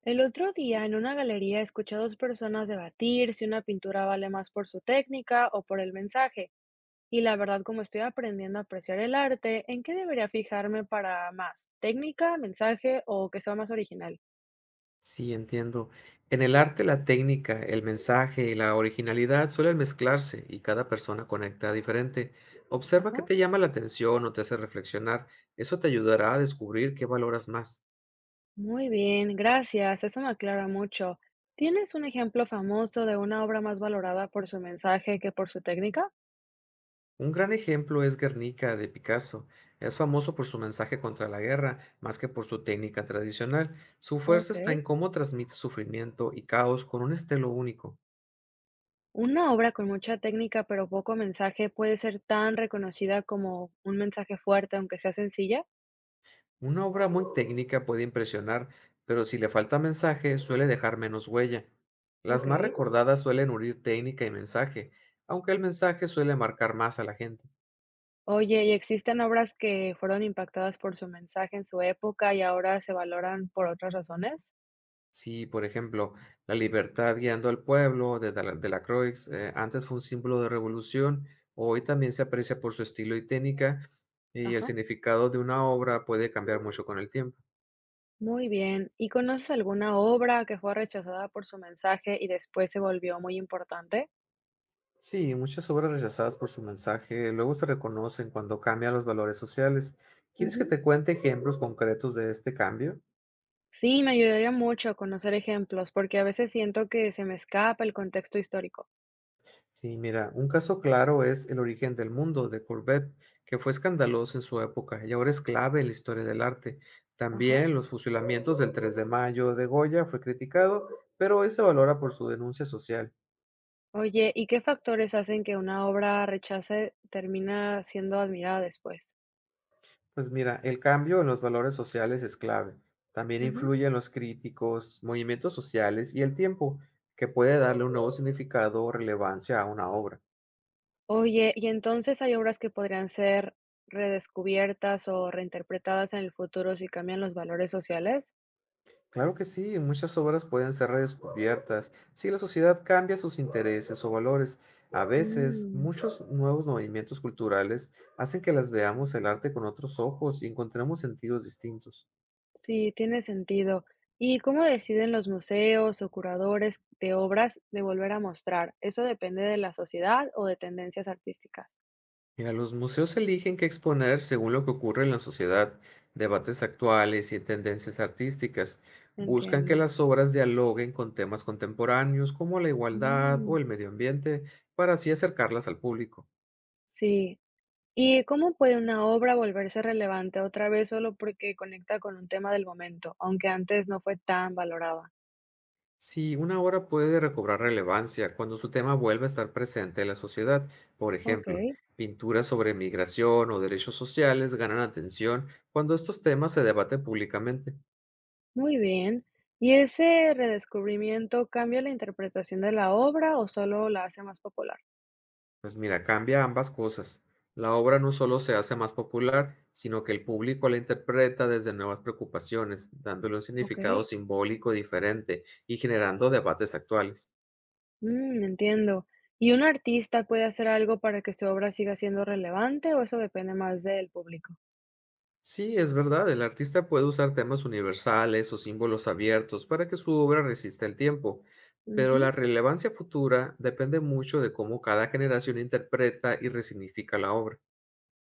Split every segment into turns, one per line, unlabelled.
El otro día en una galería escuché a dos personas debatir si una pintura vale más por su técnica o por el mensaje. Y la verdad, como estoy aprendiendo a apreciar el arte, ¿en qué debería fijarme para más? ¿Técnica, mensaje o que sea más original?
Sí, entiendo. En el arte, la técnica, el mensaje y la originalidad suelen mezclarse y cada persona conecta diferente. Observa qué
Ajá.
te llama la atención o te hace reflexionar. Eso te ayudará a descubrir qué valoras más.
Muy bien, gracias. Eso me aclara mucho. ¿Tienes un ejemplo famoso de una obra más valorada por su mensaje que por su técnica?
Un gran ejemplo es Guernica de Picasso. Es famoso por su mensaje contra la guerra, más que por su técnica tradicional. Su fuerza
Ok.
está en cómo transmite sufrimiento y caos con un estilo único.
Una obra con mucha técnica pero poco mensaje puede ser tan reconocida como un mensaje fuerte, aunque sea sencilla.
Una obra muy técnica puede impresionar, pero si le falta mensaje suele dejar menos huella. Las más
Okey.
recordadas suelen unir técnica y mensaje, aunque el mensaje suele marcar más a la gente.
Oye, ¿y existen obras que fueron impactadas por su mensaje en su época y ahora se valoran por otras razones?
Si, por ejemplo, La libertad guiando al pueblo de Delacroix antes fue un símbolo de revolución, hoy también se aprecia por su estilo y técnica, y el
Ajá,
significado de una obra puede cambiar mucho con el tiempo.
muy bien. ¿Y conoces alguna obra que fue rechazada por su mensaje y después se volvió muy importante?
Sí, muchas obras rechazadas por su mensaje luego se reconocen cuando cambian los valores sociales. ¿Quieres que
Ujú.
te cuente ejemplos concretos de este cambio?
Sí, me ayudaría mucho conocer ejemplos, porque a veces siento que se me escapa el contexto histórico.
Sí, mira, un caso claro es El origen del mundo de Courbet, que fue escandaloso en su época y ahora es clave en la historia del arte.
Ajá.
También los fusilamientos del tres de mayo de Goya fue criticado, pero hoy se valora por su denuncia social.
Oye, ¿y qué factores hacen que una obra rechace termina siendo admirada después?
Pues mira, el cambio en los valores sociales es clave. También
Ujú.
influyen los críticos, movimientos sociales y el tiempo, que puede darle un nuevo significado o relevancia a una obra.
Oye, y entonces, ¿hay obras que podrían ser redescubiertas o reinterpretadas en el futuro si cambian los valores sociales?
Claro que sí, muchas obras pueden ser redescubiertas si la sociedad cambia sus intereses o valores. A veces,
Mm,
muchos nuevos movimientos culturales hacen que las veamos el arte con otros ojos y encontremos sentidos distintos.
sí, tiene sentido. ¿Y cómo deciden los museos o curadores de obras de volver a mostrar? ¿Eso depende de la sociedad o de tendencias artísticas?
Mira, los museos eligen qué exponer según lo que ocurre en la sociedad, debates actuales y tendencias artísticas. Buscan que
Entiendo.
las obras dialoguen con temas contemporáneos como la igualdad
Mm,
o el medio ambiente para así acercarlas al público.
sí. ¿Y cómo puede una obra volverse relevante otra vez solo porque conecta con un tema del momento, aunque antes no fue tan valorada?
Si una obra puede recobrar relevancia cuando su tema vuelve a estar presente en la sociedad, por
Ok.
ejemplo, pinturas sobre migración o derechos sociales ganan atención cuando estos temas se debaten públicamente.
Muy bien. ¿Y ese redescubrimiento cambia la interpretación de la obra o solo la hace más popular?
Pues mira, cambia ambas cosas. La obra no solo se hace más popular, sino que el público la interpreta desde nuevas preocupaciones, dándole un
Ok,
significado simbólico diferente y generando debates actuales.
mm, entiendo. ¿Y un artista puede hacer algo para que su obra siga siendo relevante o eso depende más del público?
Sí, es verdad, el artista puede usar temas universales o símbolos abiertos para que su obra resista el tiempo, pero
Ujú,
la relevancia futura depende mucho de cómo cada generación interpreta y resignifica la obra.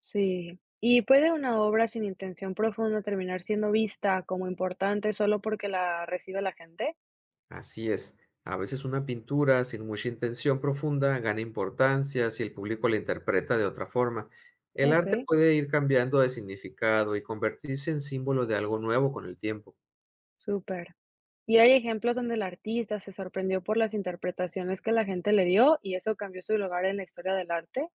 sí. ¿Y puede una obra sin intención profunda terminar siendo vista como importante solo porque la recibe la gente?
Así es. A veces una pintura sin mucha intención profunda gana importancia si el público la interpreta de otra forma. El
Ok,
arte puede ir cambiando de significado y convertirse en símbolo de algo nuevo con el tiempo.
súper. ¿Y hay ejemplos donde el artista se sorprendió por las interpretaciones que la gente le dio y eso cambió su lugar en la historia del arte?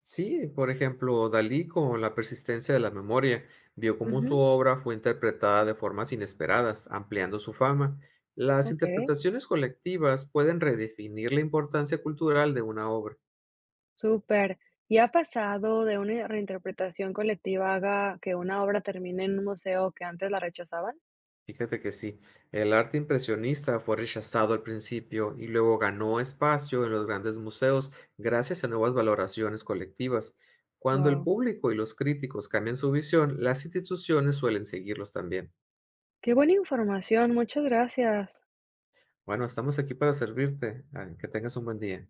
Sí, por ejemplo, Dalí con La persistencia de la memoria vio cómo su
Ujú,
obra fue interpretada de formas inesperadas, ampliando su fama. Las
okey,
interpretaciones colectivas pueden redefinir la importancia cultural de una obra.
súper. ¿Y ha pasado de una reinterpretación colectiva haga que una obra termine en un museo que antes la rechazaban?
Fíjate que sí, el arte impresionista fue rechazado al principio y luego ganó espacio en los grandes museos gracias a nuevas valoraciones colectivas. Cuando el
Wow,
público y los críticos cambian su visión, las instituciones suelen seguirlos también.
qué buena información, muchas gracias.
Bueno, estamos aquí para servirte. Que tengas un buen día.